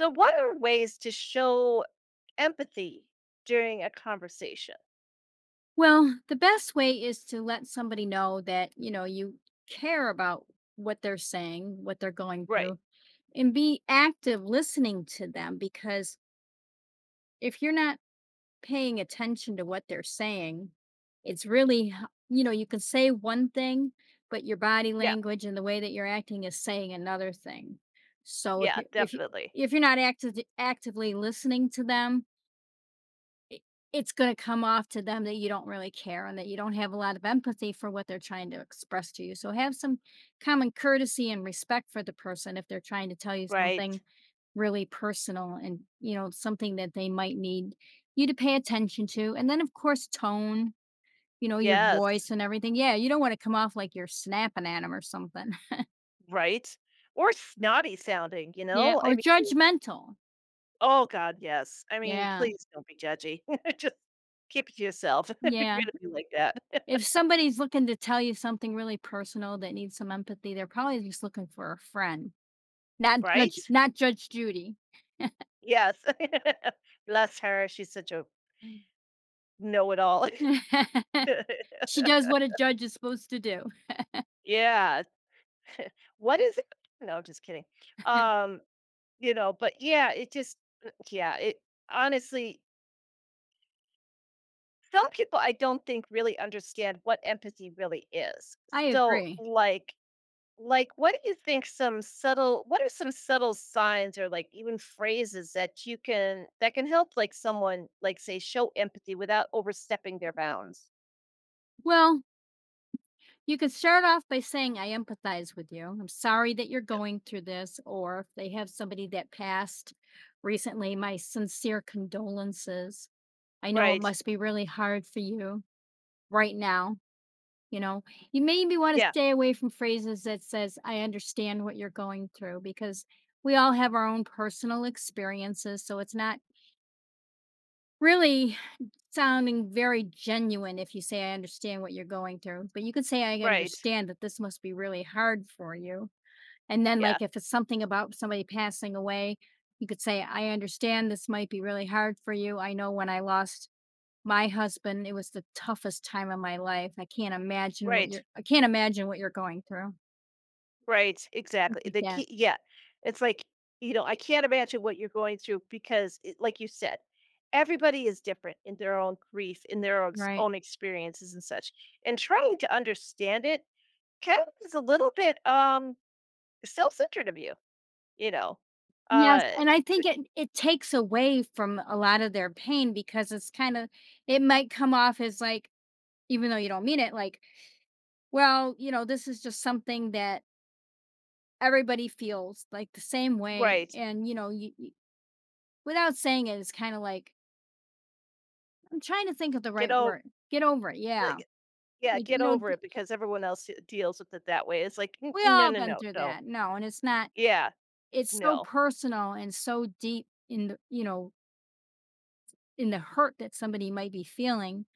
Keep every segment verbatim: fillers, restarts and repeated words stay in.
So, what are ways to show empathy during a conversation? Well, the best way is to let somebody know that, you know, you care about what they're saying, what they're going Right. through, and be active listening to them because if you're not paying attention to what they're saying, it's really, h- you know, you can say one thing, but your body Yeah. language and the way that you're acting is saying another thing. So if Yeah, you if you definitely. if you're not active, actively listening to them, it it's gonna come off to them that you don't really care and that you don't have a lot of empathy for what they're trying to express to you. So have some common courtesy and respect for the person if they're trying to tell you Right. something really personal and you know something that they might need you to pay attention to. And then of course tone, you know, your Yes. voice and everything. Yeah, you don't want to come off like you're snapping at them or something. Right. Or snotty sounding, you Yeah, know? I or mean, judgmental. oh God, yes. I mean, Yeah. please don't be judgy. Just keep it to yourself if you're going Yeah. to be like that. If somebody's looking to tell you something really personal that needs some empathy, they're probably just looking for a friend, not Right. Judge not Judge Judy. Yes. Bless her. She's such a know it all. She does what a judge is supposed to do. Yeah. What is it? No, I'm just kidding. Um, You know, but yeah, it just uh, yeah, it honestly, some people I don't think really understand what empathy really is. I So, agree. like like what do you think some subtle what are some subtle signs or like even phrases that you can that can help like someone like say show empathy without overstepping their bounds? Well, you could start off by saying, "I empathize with you. I'm sorry that you're going through this," or if they have somebody that passed recently, "My sincere condolences. I know it Right. must be really hard for you right now." You know, you maybe wanna Yeah. stay away from phrases that says, "I understand what you're going through," because we all have our own personal experiences, so it's not really sounding very genuine if you say, "I understand what you're going through," but you could say, "I Right. understand that this must be really hard for you," and then, Yeah. like, if it's something about somebody passing away, you could say, "I understand this might be really hard for you. I know when I lost my husband, it was the toughest time of my life. I can't imagine what Right. you're I can't imagine what you're going through. Right, Stuff exactly. like The that, key yeah. It's like, you know, I can't imagine what you're going through because it like you said, everybody is different in their own grief, in their own right. own experiences and such. And trying to understand it kind of is a little bit um self-centered of you, you know. Yes, Uh and I think it it takes away from a lot of their pain because it's kinda it might come off as like, even though you don't mean it, like, well, you know, this is just something that everybody feels like the same way right. and, you know, you you without saying it, it's kinda like I'm trying to think of the Get right over word. Get over it, yeah. yeah, Like, get you know, over d it because everyone else deals with it that way. It's like, "N- we No, all no, been no, through no. that. No, and it's not. Yeah, It's so no. personal and so deep in the you know, in the hurt that somebody might be feeling.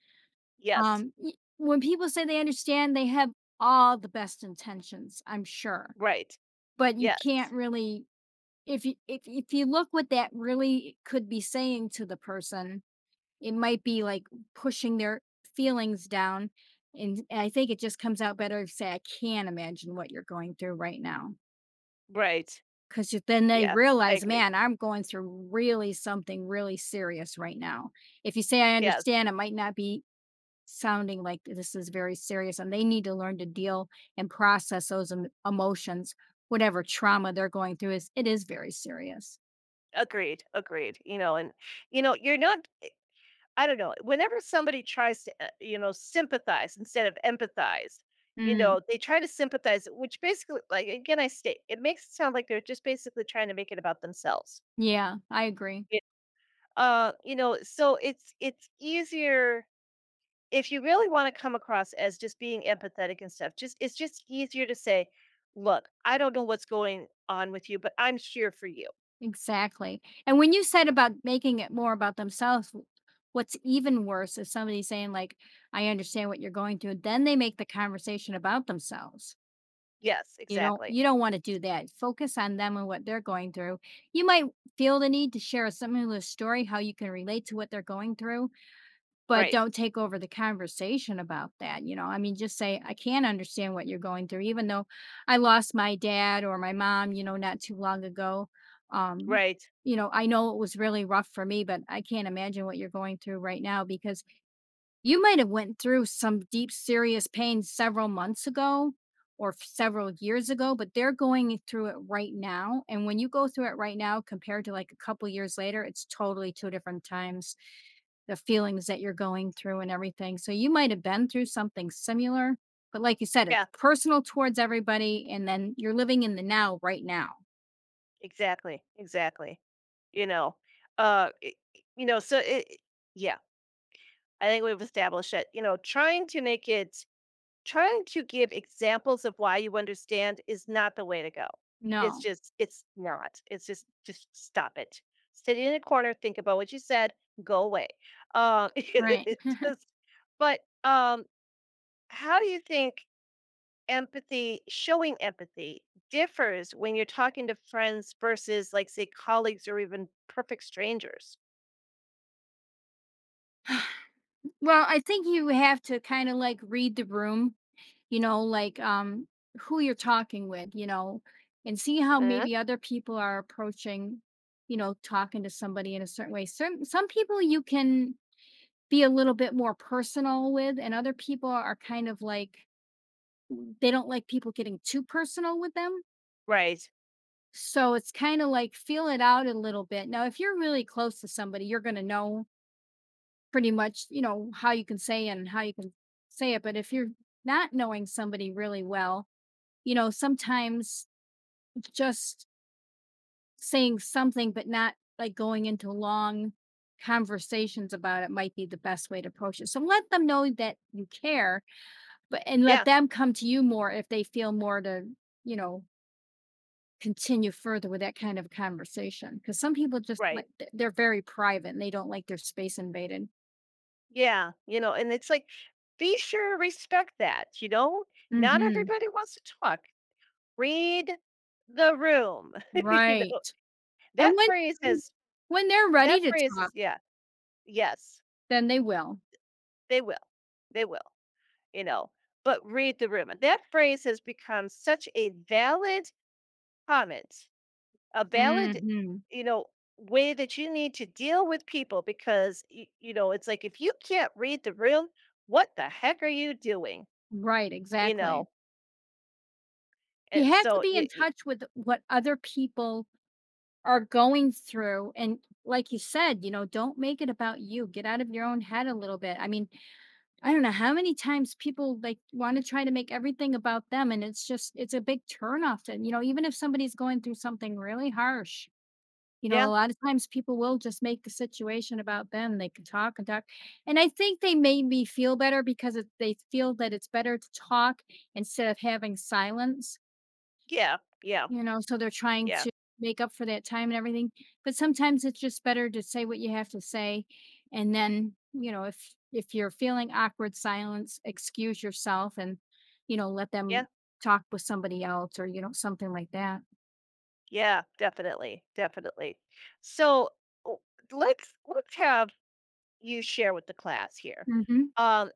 Yes. Um, y when people say they understand, they have all the best intentions, I'm sure, Right. but you Yes. can't really if you if if you look what that really could be saying to the person, it might be, like, pushing their feelings down, and I think it just comes out better to say, "I can't imagine what you're going through right now." Right. 'Cause then they Yeah, I realize, agree. "Man, I'm going through really something really serious right now." If you say, "I Yes, understand," it might not be sounding like this is very serious, and they need to learn to deal and process those em emotions, whatever trauma they're going through is it is very serious. agreed, agreed, you know, and, you know, you're not I don't know, whenever somebody tries to, uh, you know, sympathize instead of empathize, you Mm, know, they try to sympathize, which basically like, again, I state, it makes it sound like they're just basically trying to make it about themselves. yeah, I agree. Yeah. Uh, you know, so it's it's easier if you really wanna come across as just being empathetic and stuff, just it's just easier to say, "Look, I don't know what's going on with you, but I'm here for you." Exactly. And when you said about making it more about themselves, w what's even worse is somebody saying like, "I understand what you're going through," then they make the conversation about themselves. Yes, You don't exactly. you don't wanna do that, focus on them and what they're going through. You might feel the need to share a similar story, how you can relate to what they're going through, but Right, don't take over the conversation about that, you know? I mean, just say, "I can not understand what you're going through, even though I lost my dad or my mom, you know, not too long ago, um, right. you know, I know it was really rough for me, but I can't imagine what you're going through right now because you might have went through some deep serious pain several months ago or f- several years ago, but they're going through it right now. And when you go through it right now compared to like a couple years later, it's totally two different times. The feelings that you're going through and everything. So you might have been through something similar, but like you said, Yeah. it's personal towards everybody and then you're living in the now right now. Exactly, exactly. You know, uh, I you know, so it I yeah, I think we've established that, you know, trying to make it trying to give examples of why you understand is not the way to go. It's No. just it's not. It's just just stop it. Sit in a corner, think about what you said, go away. Uh, it- it- Right. it's just but, um, how do you think empathy showing empathy differs when you're talking to friends versus like say colleagues or even perfect strangers. Well, I think you have to kind of like read the room, you know, like, um who you're talking with, you know, and see how Hmm. maybe other people are approaching, you know, talking to somebody in a certain way. Certain some people you can be a little bit more personal with and other people are kind of like they don't like people getting too personal with them, Right. so it's kind of like feel it out a little bit. Now if you're really close to somebody you're going to know pretty much, you know, how you can say and how you can say it. But if you're not knowing somebody really well, you know, sometimes just saying something, but not like going into long conversations about it might be the best way to approach it. So let them know that you care, but and let Yeah. them come to you more if they feel more to, you know, continue further with that kind of conversation. Because some people just Right. like th- they're very private and they don't like their space invaded. Yeah, you know, and it's like be sure to respect that, you know. Not Hmm. everybody wants to talk. Read the room. You know, Right. And that phrase when is when they're ready that to phrase is, talk, yeah. Yes. then they will. They will, they will, you know. But read the room, and that phrase has become such a valid comment. A valid, Hmm. you know, way that you need to deal with people because you, you know, it's like if you can't read the room, what the heck are you doing? Right. You Exactly. know, and You have to so be y in y- touch with what other people are going through, and like you said, you know, don't make it about you, get out of your own head a little bit. I mean, I don't know how many times people, like, wanna try to make everything about them, and it's just it's a big turnoff. And you know, even if somebody's going through something really harsh, you know, yeah, a lot of times people will just make the situation about them, they can talk and talk, and I think they made me feel better because it they feel that it's better to talk instead of having silence. yeah, yeah, You know, so they're trying yeah, to make up for that time and everything, but sometimes it's just better to say what you have to say, and then, you know, if if you're feeling awkward silence, excuse yourself and, you know, let yeah, them talk with somebody else or, you know, something like that. yeah, definitely, definitely. So, w- let's let's have you share with the class here. Mhm. Um,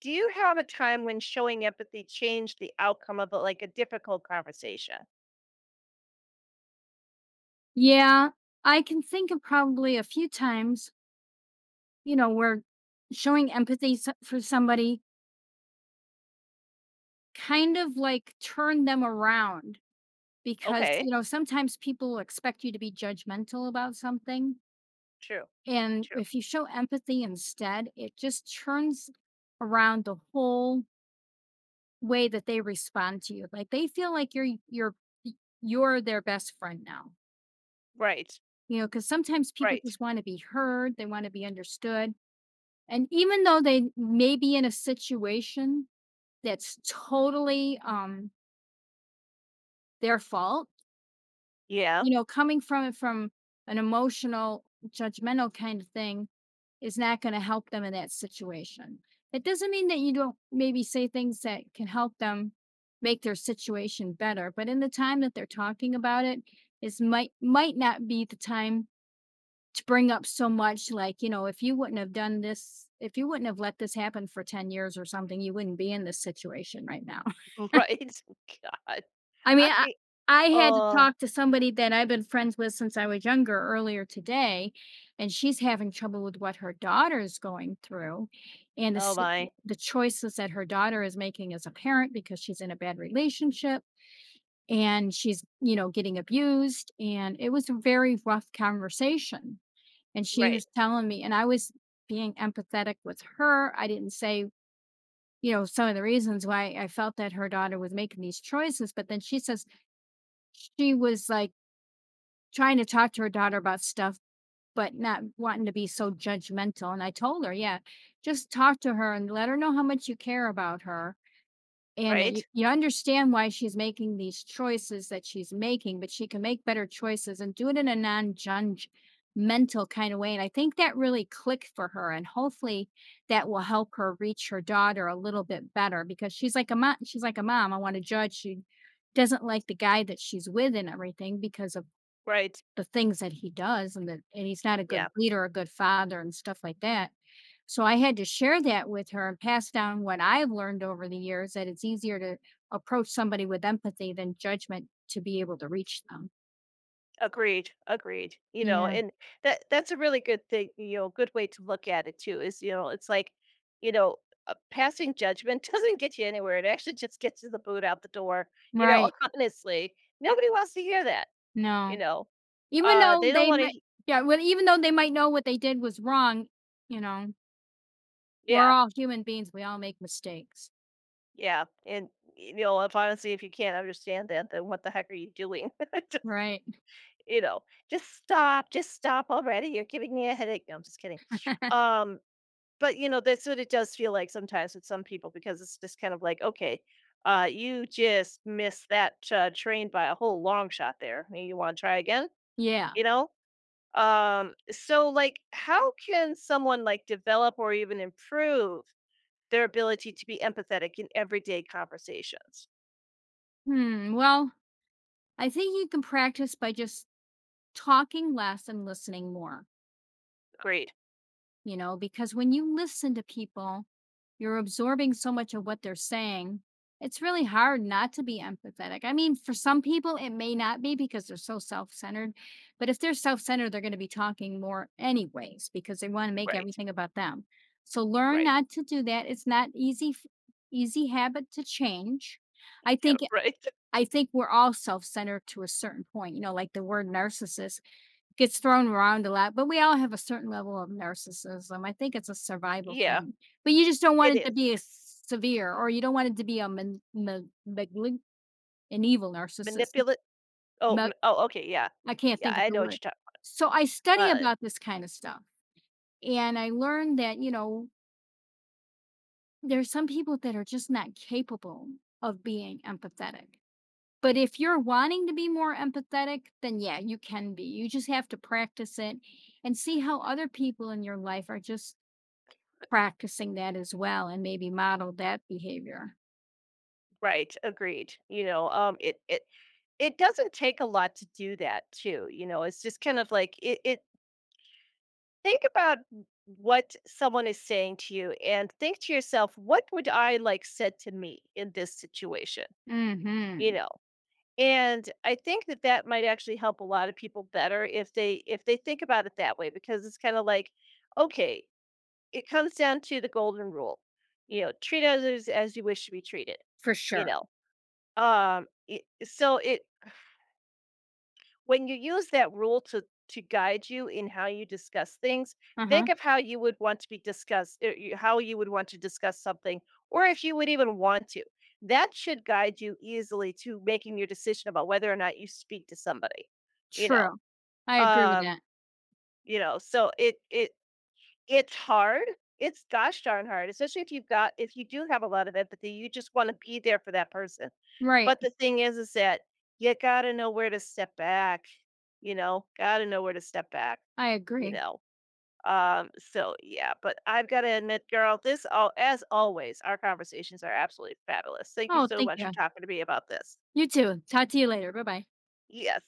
do you have a time when showing empathy changed the outcome of a, like a difficult conversation? Yeah, I can think of probably a few times, you know, where showing empathy so for somebody kind of, like, turn them around because, Okay, you know, sometimes people expect you to be judgmental about something. true, And true, if you show empathy instead, it just turns around the whole way that they respond to you. Like they feel like you're you're you're their best friend now. right, You know, because sometimes people right. just want to be heard, they want to be understood. And even though they may be in a situation that's totally um their fault. Yeah, You know, coming from it from an emotional, judgmental kind of thing is not going to help them in that situation. It doesn't mean that you don't maybe say things that can help them make their situation better, but in the time that they're talking about it, is might might not be the time to bring up so much like, you know, if you wouldn't have done this, if you wouldn't have let this happen for ten years or something, you wouldn't be in this situation right now. right. God, I I mean, I I had to oh, talk to somebody that I've been friends with since I was younger earlier today, and she's having trouble with what her daughter is going through and the oh s my. the choices that her daughter is making as a parent because she's in a bad relationship and she's, you know, getting abused, and it was a very rough conversation, and she Right, was telling me and I was being empathetic with her. I didn't say, you know, some of the reasons why I felt that her daughter was making these choices, but then she says she was, like, trying to talk to her daughter about stuff, but not wanting to be so judgmental, and I told her, "Yeah, just talk to her and let her know how much you care about her, and that you right, you understand why she's making these choices that she's making, but she can make better choices and do it in a non-judgmental kinda way," and I think that really clicked for her, and hopefully, that will help her reach her daughter a little bit better because she's like a mo she's like a mom, "I wanna judge." She doesn't like the guy that she's with and everything because of right. the things that he does and that and he's not a good Yeah, leader, a good father and stuff like that. So I had to share that with her and pass down what I've learned over the years that it's easier to approach somebody with empathy than judgment to be able to reach them. agreed, agreed. You know, Yeah. and that that's a really good thing, you know, good way to look at it too is, you know, it's like, you know, uh, passing judgment doesn't get you anywhere. It actually just gets you the boot out the door. You know, Right. honestly, nobody wants to hear that. You No. know, Even uh, though they don't they want might to. yeah, well, even though they might know what they did was wrong, you know, we're Yeah, all human beings. We all make mistakes. yeah, and you know, if honestly, if you can't understand that, then what the heck are you doing? Right. You know, "Just stop, just stop already, you're giving me a headache." No, I'm just kidding. Um, but, you know, that's what it does feel like sometimes with some people because it's just kind of like, "Okay, uh, you just missed that cha train by a whole long shot there. Maybe you wanna try again?" Yeah. You know? Um, so, like, how can someone, like, develop or even improve their ability to be empathetic in everyday conversations? Hmm. Well, I think you can practice by just talking less and listening more. Great. You know, because when you listen to people, you're absorbing so much of what they're saying. It's really hard not to be empathetic. I mean, for some people, it may not be because they're so self centered. But if they're self centered, they're going to be talking more, anyways, because they want to make Right. everything about them. So learn Right. not to do that. It's not easy, f- easy habit to change. I Yeah, think. right. I think we're all self-centered to a certain point. You know, like the word narcissist gets thrown around a lot, but we all have a certain level of narcissism. I think it's a survival Yeah, thing, but you just don't want it it is. to be as severe, or you don't want it to be a man ma maglig an evil narcissist. Manipulate. Oh, Ma mm, oh, okay, yeah. I can't Yeah, think of I the know what word. you're talking. So, I study uh, about this kind of stuff, and I learned that, you know, there's some people that are just not capable of being empathetic, but if you're wanting to be more empathetic, then yeah, you can be. You just have to practice it and see how other people in your life are just practicing that as well and maybe model that behavior. right, agreed, you know, um, it it it doesn't take a lot to do that too, you know, it's just kind of like it it think about what someone is saying to you and think to yourself, "What would I like said to me in this situation?" You Mhm. know? And I think that that might actually help a lot of people better if they if they think about it that way because it's kinda like, "Okay, it comes down to the golden rule. You know, treat others as you wish to be treated, For you sure. know. Um, it, so it When you use that rule to to guide you in how you discuss things, think Uh-huh. of how you would want to be discussed, er, you- how you would want to discuss something, or if you would even want to. That should guide you easily to making your decision about whether or not you speak to somebody, you know. True. I agree with Um, that. you know, so it it It's hard. It's gosh darn hard, especially if you've got if you do have a lot of empathy, you just wanna be there for that person. Right. But the thing is is that you gotta know where to step back, you know? Gotta know where to step back, I you agree. know? Um, so, yeah, but I've gotta admit, girl, this all as always, our conversations are absolutely fabulous. Thank you Oh, so thank much for you. talking to me about this. You too. Talk to you later. Bye-bye. Yes.